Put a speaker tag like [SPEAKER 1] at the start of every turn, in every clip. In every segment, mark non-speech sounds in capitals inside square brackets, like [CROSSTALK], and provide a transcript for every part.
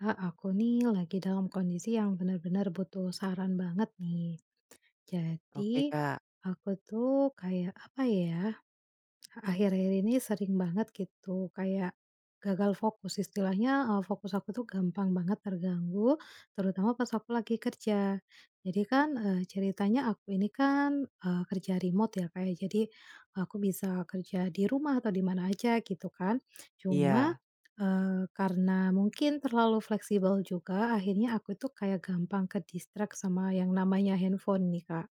[SPEAKER 1] Kak, aku nih lagi dalam kondisi yang benar-benar butuh saran banget nih. Jadi,
[SPEAKER 2] Oke, Kak.
[SPEAKER 1] aku tuh kayak apa ya? Akhir-akhir ini sering banget gitu, kayak gagal fokus istilahnya, fokus aku tuh gampang banget terganggu, terutama pas aku lagi kerja. Jadi kan, ceritanya aku ini kan, kerja remote ya, kayak jadi aku bisa kerja di rumah atau di mana aja gitu kan. Cuma,
[SPEAKER 2] Iya.
[SPEAKER 1] karena mungkin terlalu fleksibel juga, akhirnya aku tuh kayak gampang ke-distract sama yang namanya handphone nih, Kak.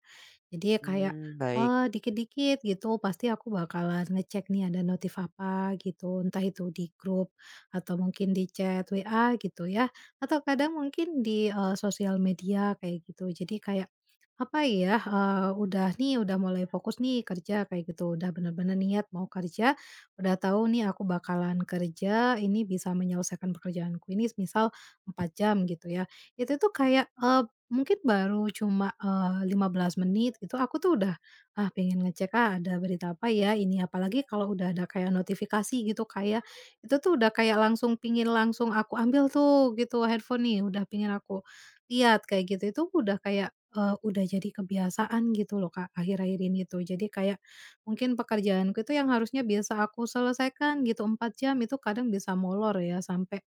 [SPEAKER 1] Jadi kayak
[SPEAKER 2] Hmm, baik.
[SPEAKER 1] Dikit-dikit gitu pasti aku bakalan ngecek nih ada notif apa gitu, entah itu di grup atau mungkin di chat WA gitu ya, atau kadang mungkin di, sosial media kayak gitu. Jadi kayak, apa ya, udah nih udah mulai fokus nih kerja kayak gitu, udah bener-bener niat mau kerja, udah tahu nih aku bakalan kerja, ini bisa menyelesaikan pekerjaanku ini misal 4 jam gitu ya. Itu tuh kayak, mungkin baru cuma, 15 menit gitu, aku tuh udah ah, pengen ngecek, ah, ada berita apa ya ini, apalagi kalau udah ada kayak notifikasi gitu, kayak itu tuh udah kayak langsung pingin langsung aku ambil tuh gitu handphone nih, udah pingin aku lihat kayak gitu. Itu udah kayak, udah jadi kebiasaan gitu loh, Kak, akhir-akhir ini tuh. Jadi kayak mungkin pekerjaanku itu yang harusnya biasa aku selesaikan gitu 4 jam, itu kadang bisa molor ya sampai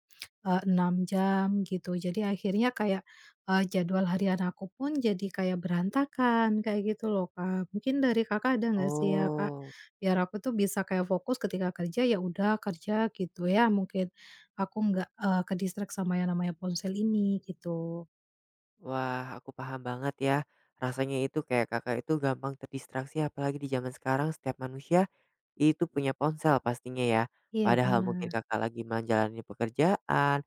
[SPEAKER 1] 6 jam gitu. Jadi akhirnya kayak, jadwal harian aku pun jadi kayak berantakan, kayak gitu loh, Kak. Mungkin dari Kakak ada nggak sih ya, Kak?
[SPEAKER 2] Oh.
[SPEAKER 1] Biar aku tuh bisa kayak fokus ketika kerja, ya udah kerja gitu ya, mungkin aku nggak, ke-distract sama yang namanya ponsel ini gitu.
[SPEAKER 2] Wah, aku paham banget ya. Rasanya itu kayak Kakak itu gampang terdistraksi apalagi di zaman sekarang setiap manusia itu punya ponsel pastinya ya.
[SPEAKER 1] Iya
[SPEAKER 2] Padahal mungkin
[SPEAKER 1] benar,
[SPEAKER 2] Kakak lagi menjalani pekerjaan,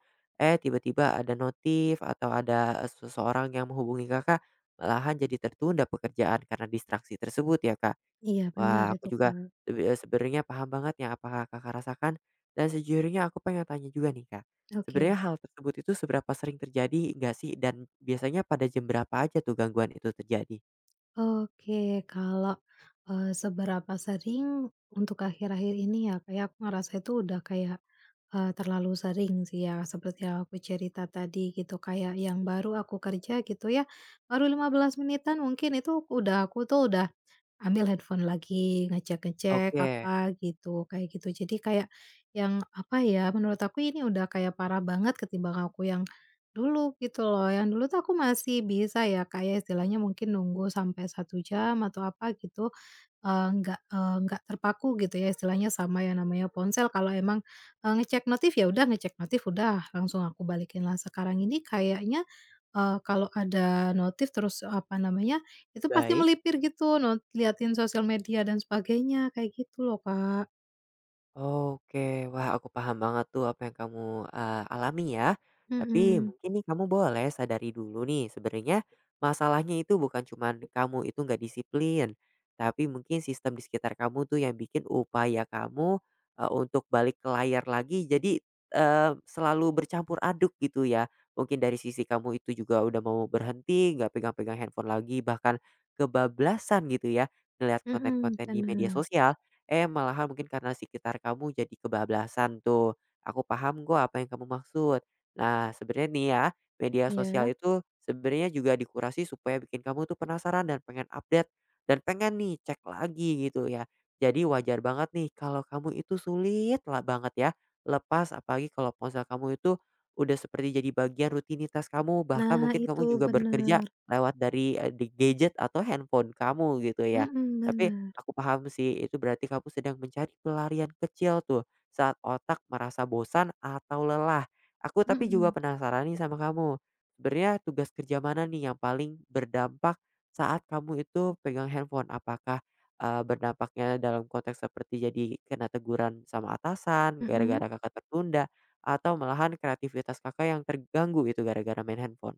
[SPEAKER 2] tiba-tiba ada notif atau ada, seseorang yang menghubungi Kakak, malahan jadi tertunda pekerjaan karena distraksi tersebut ya, Kak.
[SPEAKER 1] iya benar
[SPEAKER 2] Wah, aku
[SPEAKER 1] itu,
[SPEAKER 2] juga
[SPEAKER 1] Kak.
[SPEAKER 2] sebenarnya paham banget ya apa Kakak rasakan, dan sejujurnya aku pengen tanya juga nih, Kak. Sebenarnya
[SPEAKER 1] Oke.
[SPEAKER 2] hal tersebut itu seberapa sering terjadi nggak sih? Dan biasanya pada jam berapa aja tuh gangguan itu terjadi?
[SPEAKER 1] Oke, kalau, seberapa sering untuk akhir-akhir ini ya, kayak aku ngerasa itu udah kayak, terlalu sering sih ya, seperti yang aku cerita tadi gitu, kayak yang baru aku kerja gitu ya, baru 15 menitan mungkin itu udah aku tuh udah ambil handphone lagi, ngecek-ngecek
[SPEAKER 2] Oke,
[SPEAKER 1] apa gitu, kayak gitu. Jadi kayak yang, apa ya, menurut aku ini udah kayak parah banget ketimbang aku yang dulu gitu loh. Yang dulu tuh aku masih bisa ya, kayak istilahnya mungkin nunggu sampai 1 jam atau apa gitu, nggak terpaku gitu ya istilahnya sama yang namanya ponsel. Kalau emang, ngecek notif, ya udah ngecek notif, udah langsung aku balikin. Lah sekarang ini kayaknya, kalau ada notif terus, apa namanya itu pasti
[SPEAKER 2] baik.
[SPEAKER 1] melipir gitu, not liatin sosial media dan sebagainya, kayak gitu loh, Kak.
[SPEAKER 2] Oke, wah aku paham banget tuh apa yang kamu alami ya. Tapi
[SPEAKER 1] Mhm,
[SPEAKER 2] mungkin nih kamu boleh sadari dulu nih sebenarnya masalahnya itu bukan cuman kamu itu nggak disiplin, tapi mungkin sistem di sekitar kamu tuh yang bikin upaya kamu, untuk balik ke layar lagi jadi, selalu bercampur aduk gitu ya. Mungkin dari sisi kamu itu juga udah mau berhenti, nggak pegang-pegang handphone lagi, bahkan kebablasan gitu ya ngelihat
[SPEAKER 1] mhm,
[SPEAKER 2] konten-konten di media
[SPEAKER 1] bener,
[SPEAKER 2] sosial. Eh, malahan mungkin karena sekitar kamu jadi kebablasan tuh. Aku paham kok apa yang kamu maksud. Nah, sebenarnya nih ya, media sosial
[SPEAKER 1] iya.
[SPEAKER 2] itu sebenarnya juga dikurasi supaya bikin kamu tuh penasaran dan pengen update dan pengen nih cek lagi gitu ya. Jadi wajar banget nih kalau kamu itu sulit lah banget ya lepas apalagi kalau ponsel kamu itu udah seperti jadi bagian rutinitas kamu bahkan
[SPEAKER 1] Nah
[SPEAKER 2] mungkin
[SPEAKER 1] itu,
[SPEAKER 2] kamu juga bekerja lewat dari di gadget atau handphone kamu gitu ya. Tapi
[SPEAKER 1] bener,
[SPEAKER 2] aku paham sih, itu berarti kamu sedang mencari pelarian kecil tuh saat otak merasa bosan atau lelah. Aku tapi juga
[SPEAKER 1] mhm,
[SPEAKER 2] penasaran nih sama kamu. Sebenarnya tugas kerja mana nih yang paling berdampak saat kamu itu pegang handphone? Apakah berdampaknya dalam konteks seperti jadi kena teguran sama atasan
[SPEAKER 1] mhm?
[SPEAKER 2] gara-gara kakak tertunda atau malahan kreativitas kakak yang terganggu itu gara-gara main handphone?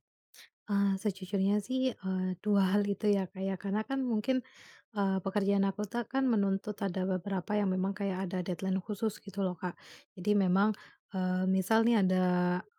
[SPEAKER 1] Sejujurnya sih, 2 hal itu ya, kayak karena kan mungkin, pekerjaan aku tuh kan menuntut ada beberapa yang memang kayak ada deadline khusus gitu loh, Kak. Jadi memang, misal nih ada,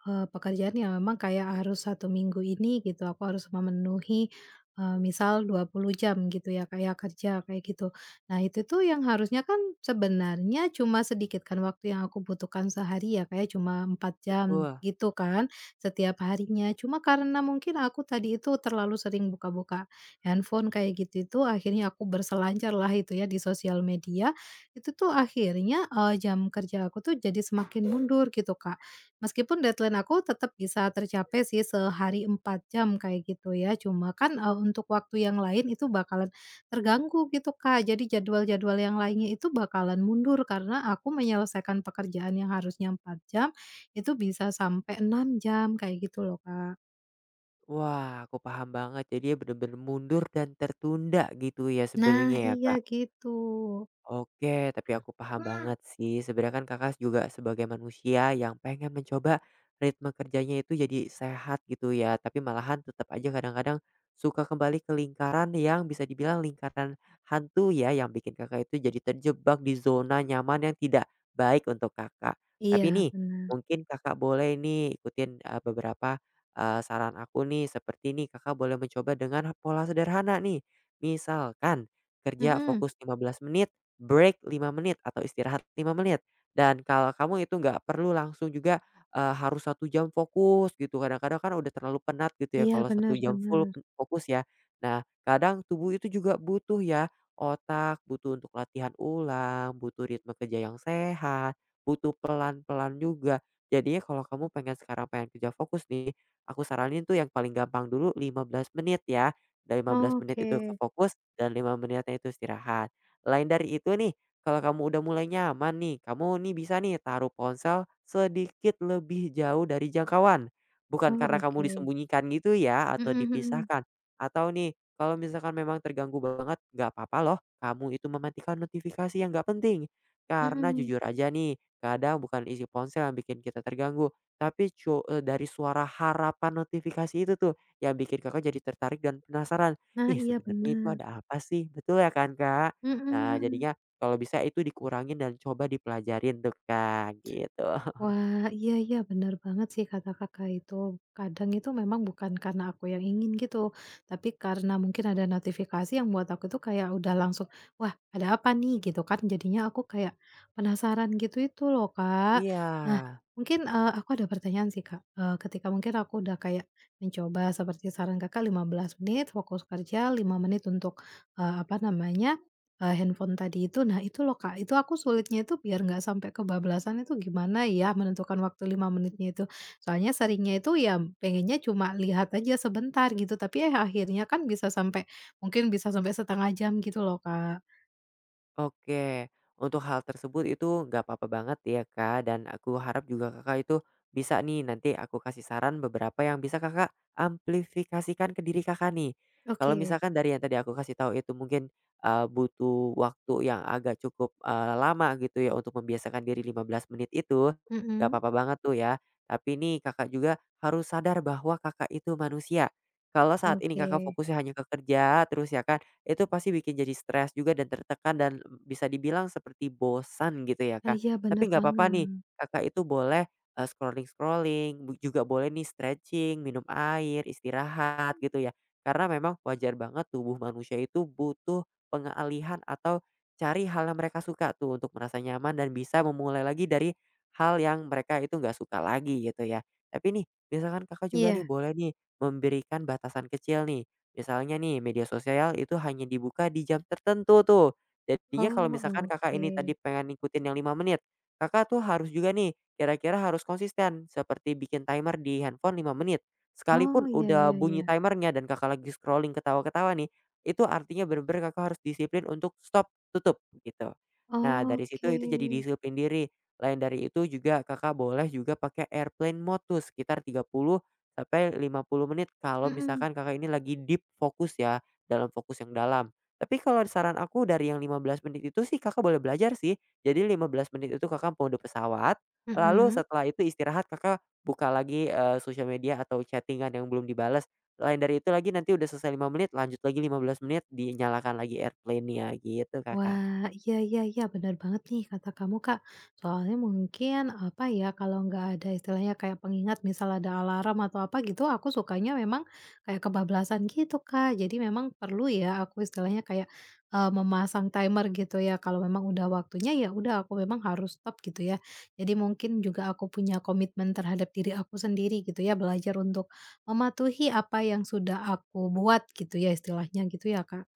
[SPEAKER 1] pekerjaan yang memang kayak harus 1 minggu ini gitu, aku harus memenuhi, misal 20 jam gitu ya, kayak kerja kayak gitu. Nah itu tuh yang harusnya kan sebenarnya cuma sedikit kan waktu yang aku butuhkan sehari ya, kayak cuma 4 jam
[SPEAKER 2] Betul.
[SPEAKER 1] gitu kan setiap harinya. Cuma karena mungkin aku tadi itu terlalu sering buka-buka handphone kayak gitu itu akhirnya aku berselancar lah itu ya di sosial media. Itu tuh akhirnya, jam kerja aku tuh jadi semakin mundur gitu, Kak. Meskipun deadline aku tetap bisa tercapai sih sehari 4 jam kayak gitu ya, cuma kan, untuk waktu yang lain itu bakalan terganggu gitu, Kak. Jadi jadwal-jadwal yang lainnya itu bakalan mundur karena aku menyelesaikan pekerjaan yang harusnya 4 jam itu bisa sampai 6 jam kayak gitu loh, Kak.
[SPEAKER 2] Wah, aku paham banget. Jadi ya bener-bener mundur dan tertunda gitu ya
[SPEAKER 1] Nah,
[SPEAKER 2] sebenarnya ya,
[SPEAKER 1] iya
[SPEAKER 2] Kak.
[SPEAKER 1] gitu.
[SPEAKER 2] Oke, tapi aku paham banget sih. Sebenarnya kan Kakak juga sebagai manusia yang pengen mencoba ritme kerjanya itu jadi sehat gitu ya. Tapi malahan tetap aja kadang-kadang suka kembali ke lingkaran yang bisa dibilang lingkaran hantu ya. Yang bikin Kakak itu jadi terjebak di zona nyaman yang tidak baik untuk Kakak. Tapi
[SPEAKER 1] Iya
[SPEAKER 2] nih,
[SPEAKER 1] benar.
[SPEAKER 2] mungkin Kakak boleh nih ikutin beberapa saran aku nih. Seperti nih Kakak boleh mencoba dengan pola sederhana nih. Misalkan kerja
[SPEAKER 1] Mhm,
[SPEAKER 2] fokus 15 menit. Break 5 menit atau istirahat 5 menit. Dan kalau kamu itu nggak perlu langsung juga, harus 1 jam fokus gitu, kadang-kadang kan udah terlalu penat gitu ya
[SPEAKER 1] iya
[SPEAKER 2] kalau
[SPEAKER 1] benar
[SPEAKER 2] 1 jam full
[SPEAKER 1] benar.
[SPEAKER 2] fokus ya. Nah, kadang tubuh itu juga butuh ya, otak butuh untuk latihan ulang, butuh ritme kerja yang sehat, butuh pelan-pelan juga. Jadinya kalau kamu pengen sekarang pengen kerja fokus nih, aku saranin tuh yang paling gampang dulu 15 menit ya. Dan 15 menit
[SPEAKER 1] Oke,
[SPEAKER 2] itu ke fokus dan 5 menitnya itu istirahat. Lain dari itu nih, kalau kamu udah mulai nyaman nih, kamu nih bisa nih taruh ponsel sedikit lebih jauh dari jangkauan. Bukan
[SPEAKER 1] oh
[SPEAKER 2] karena
[SPEAKER 1] oke,
[SPEAKER 2] kamu disembunyikan gitu ya atau
[SPEAKER 1] mhm mhm,
[SPEAKER 2] dipisahkan. Atau nih, kalau misalkan memang terganggu banget, nggak apa-apa loh. Kamu itu mematikan notifikasi yang nggak penting. Karena
[SPEAKER 1] mhm.
[SPEAKER 2] jujur aja nih, kadang bukan isi ponsel yang bikin kita terganggu. Tapi dari suara harapan notifikasi itu tuh yang bikin kakak jadi tertarik dan penasaran.
[SPEAKER 1] Nah
[SPEAKER 2] Ih
[SPEAKER 1] iya
[SPEAKER 2] sebenarnya itu
[SPEAKER 1] benar.
[SPEAKER 2] ada apa sih? Betul ya kan kak?
[SPEAKER 1] Mhm
[SPEAKER 2] Nah,
[SPEAKER 1] mhm.
[SPEAKER 2] jadinya kalau bisa itu dikurangin dan coba dipelajarin tuh, Kak, gitu. [LAUGHS]
[SPEAKER 1] Wah, iya iya benar banget sih kata Kakak itu. Kadang itu memang bukan karena aku yang ingin gitu, tapi karena mungkin ada notifikasi yang buat aku tuh kayak udah langsung, "Wah, ada apa nih?" Gitu kan. Jadinya aku kayak penasaran gitu itu loh, Kak.
[SPEAKER 2] Iya.
[SPEAKER 1] Nah, mungkin, aku ada pertanyaan sih, Kak. Ketika mungkin aku udah kayak mencoba seperti saran Kakak 15 menit fokus kerja, 5 menit untuk, apa namanya, handphone tadi itu, nah itu loh Kak, itu aku sulitnya itu biar nggak sampai kebablasan itu gimana ya menentukan waktu 5 menitnya itu. Soalnya seringnya itu ya pengennya cuma lihat aja sebentar gitu, tapi akhirnya kan bisa sampai mungkin bisa sampai setengah jam gitu loh Kak.
[SPEAKER 2] Oke, untuk hal tersebut itu nggak apa-apa banget ya Kak, dan aku harap juga Kakak itu bisa nih nanti aku kasih saran beberapa yang bisa Kakak amplifikasikan ke diri Kakak nih. Kalau
[SPEAKER 1] Oke,
[SPEAKER 2] misalkan dari yang tadi aku kasih tahu itu mungkin butuh waktu yang agak cukup lama gitu ya untuk membiasakan diri 15 menit itu, nggak
[SPEAKER 1] mhm,
[SPEAKER 2] apa-apa banget tuh ya. Tapi nih Kakak juga harus sadar bahwa Kakak itu manusia. Kalau saat ini
[SPEAKER 1] oke.
[SPEAKER 2] Kakak fokusnya hanya ke kerja, terus ya kan itu pasti bikin jadi stres juga dan tertekan dan bisa dibilang seperti bosan gitu ya
[SPEAKER 1] Ah,
[SPEAKER 2] Kak.
[SPEAKER 1] iya
[SPEAKER 2] Tapi
[SPEAKER 1] bener
[SPEAKER 2] nggak apa-apa nih,
[SPEAKER 1] banget.
[SPEAKER 2] Kakak itu boleh, scrolling-scrolling, juga boleh nih stretching, minum air, istirahat gitu ya. Karena memang wajar banget tubuh manusia itu butuh pengalihan atau cari hal yang mereka suka tuh untuk merasa nyaman dan bisa memulai lagi dari hal yang mereka itu nggak suka lagi gitu ya. Tapi nih, misalkan Kakak juga nih
[SPEAKER 1] Iya,
[SPEAKER 2] boleh nih memberikan batasan kecil nih. Misalnya nih media sosial itu hanya dibuka di jam tertentu tuh. Jadinya kalau
[SPEAKER 1] oh
[SPEAKER 2] misalkan Kakak
[SPEAKER 1] oke.
[SPEAKER 2] ini tadi pengen ngikutin yang 5 menit, Kakak tuh harus juga nih kira-kira harus konsisten seperti bikin timer di handphone 5 menit.
[SPEAKER 1] Oh,
[SPEAKER 2] Sekalipun
[SPEAKER 1] iya
[SPEAKER 2] udah
[SPEAKER 1] iya iya.
[SPEAKER 2] bunyi timernya dan Kakak lagi scrolling ketawa-ketawa nih, itu artinya bener-bener Kakak harus disiplin untuk stop, tutup gitu. Nah dari situ itu jadi
[SPEAKER 1] Oke,
[SPEAKER 2] disiplin diri. Lain dari itu juga Kakak boleh juga pakai airplane mode tuh sekitar 30 sampai 50 menit kalau
[SPEAKER 1] mhm,
[SPEAKER 2] misalkan Kakak ini lagi deep fokus ya, dalam fokus yang dalam. Tapi kalau saran aku dari yang 15 menit itu sih Kakak boleh belajar sih. Jadi 15 menit itu Kakak mode pesawat, lalu
[SPEAKER 1] mhm.
[SPEAKER 2] setelah itu istirahat Kakak buka lagi, sosial media atau chattingan yang belum dibales. Lain dari itu lagi nanti udah selesai 5 menit lanjut lagi 15 menit, dinyalakan lagi airplane-nya gitu, Kakak.
[SPEAKER 1] Wah, iya iya iya, benar banget nih kata kamu, Kak. Soalnya mungkin, apa ya, kalau nggak ada istilahnya kayak pengingat, misal ada alarm atau apa gitu, aku sukanya memang kayak kebablasan gitu, Kak. Jadi memang perlu ya aku istilahnya kayak, memasang timer gitu ya, kalau memang udah waktunya, ya udah aku memang harus stop gitu ya. Jadi mungkin juga aku punya komitmen terhadap diri aku sendiri gitu ya, belajar untuk mematuhi apa yang sudah aku buat gitu ya, istilahnya gitu ya, Kak.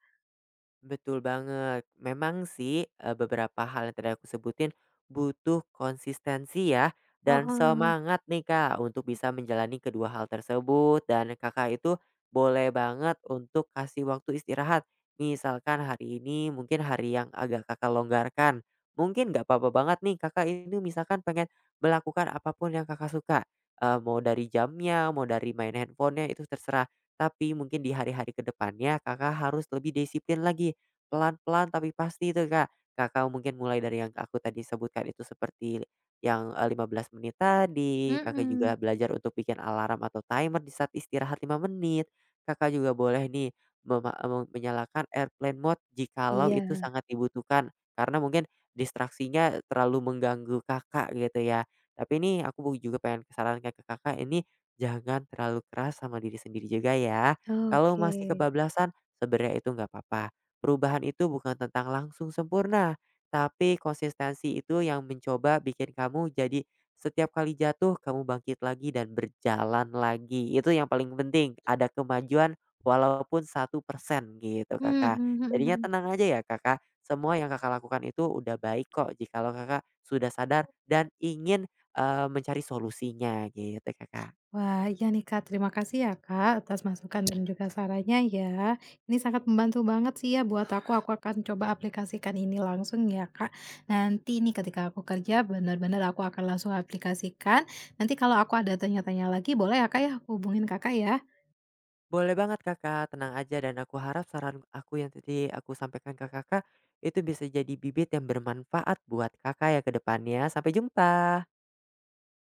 [SPEAKER 2] Betul banget. Memang sih, beberapa hal yang tadi aku sebutin butuh konsistensi ya dan
[SPEAKER 1] Heeh,
[SPEAKER 2] semangat nih, Kak, untuk bisa menjalani kedua hal tersebut dan Kakak itu boleh banget untuk kasih waktu istirahat. Misalkan hari ini mungkin hari yang agak Kakak longgarkan, mungkin nggak apa-apa banget nih Kakak ini misalkan pengen melakukan apapun yang Kakak suka, mau dari jamnya, mau dari main handphonenya itu terserah. Tapi mungkin di hari-hari kedepannya Kakak harus lebih disiplin lagi. Pelan-pelan tapi pasti itu, Kak. Kakak mungkin mulai dari yang aku tadi sebutkan itu seperti yang, 15 menit tadi, Kakak
[SPEAKER 1] mhm.
[SPEAKER 2] juga belajar untuk bikin alarm atau timer di saat istirahat 5 menit. Kakak juga boleh nih menyalakan airplane mode jikalau itu
[SPEAKER 1] Iya,
[SPEAKER 2] sangat dibutuhkan, karena mungkin distraksinya terlalu mengganggu Kakak gitu ya. Tapi ini aku juga pengen sarankan ke Kakak ini jangan terlalu keras sama diri sendiri juga ya. Kalau masih
[SPEAKER 1] oke.
[SPEAKER 2] kebablasan, sebenarnya itu nggak apa-apa. Perubahan itu bukan tentang langsung sempurna, tapi konsistensi itu yang mencoba bikin kamu jadi setiap kali jatuh kamu bangkit lagi dan berjalan lagi. Itu yang paling penting, ada kemajuan walaupun 1% gitu
[SPEAKER 1] Hmm, mhm
[SPEAKER 2] Kakak.
[SPEAKER 1] mhm
[SPEAKER 2] Jadinya
[SPEAKER 1] mhm.
[SPEAKER 2] tenang aja ya Kakak, semua yang Kakak lakukan itu udah baik kok jikalau Kakak sudah sadar dan ingin, mencari solusinya gitu Kakak.
[SPEAKER 1] Wah, iya nih Kak, terima kasih ya Kak, atas masukan dan juga sarannya ya. Ini sangat membantu banget sih ya buat aku akan coba aplikasikan ini langsung ya Kak. Nanti nih ketika aku kerja benar-benar aku akan langsung aplikasikan, nanti kalau aku ada tanya-tanya lagi boleh ya Kak ya, hubungin Kakak ya?
[SPEAKER 2] Boleh banget Kakak, tenang aja dan aku harap saran aku yang tadi aku sampaikan ke Kakak, itu bisa jadi bibit yang bermanfaat buat Kakak ya ke depannya. Sampai jumpa.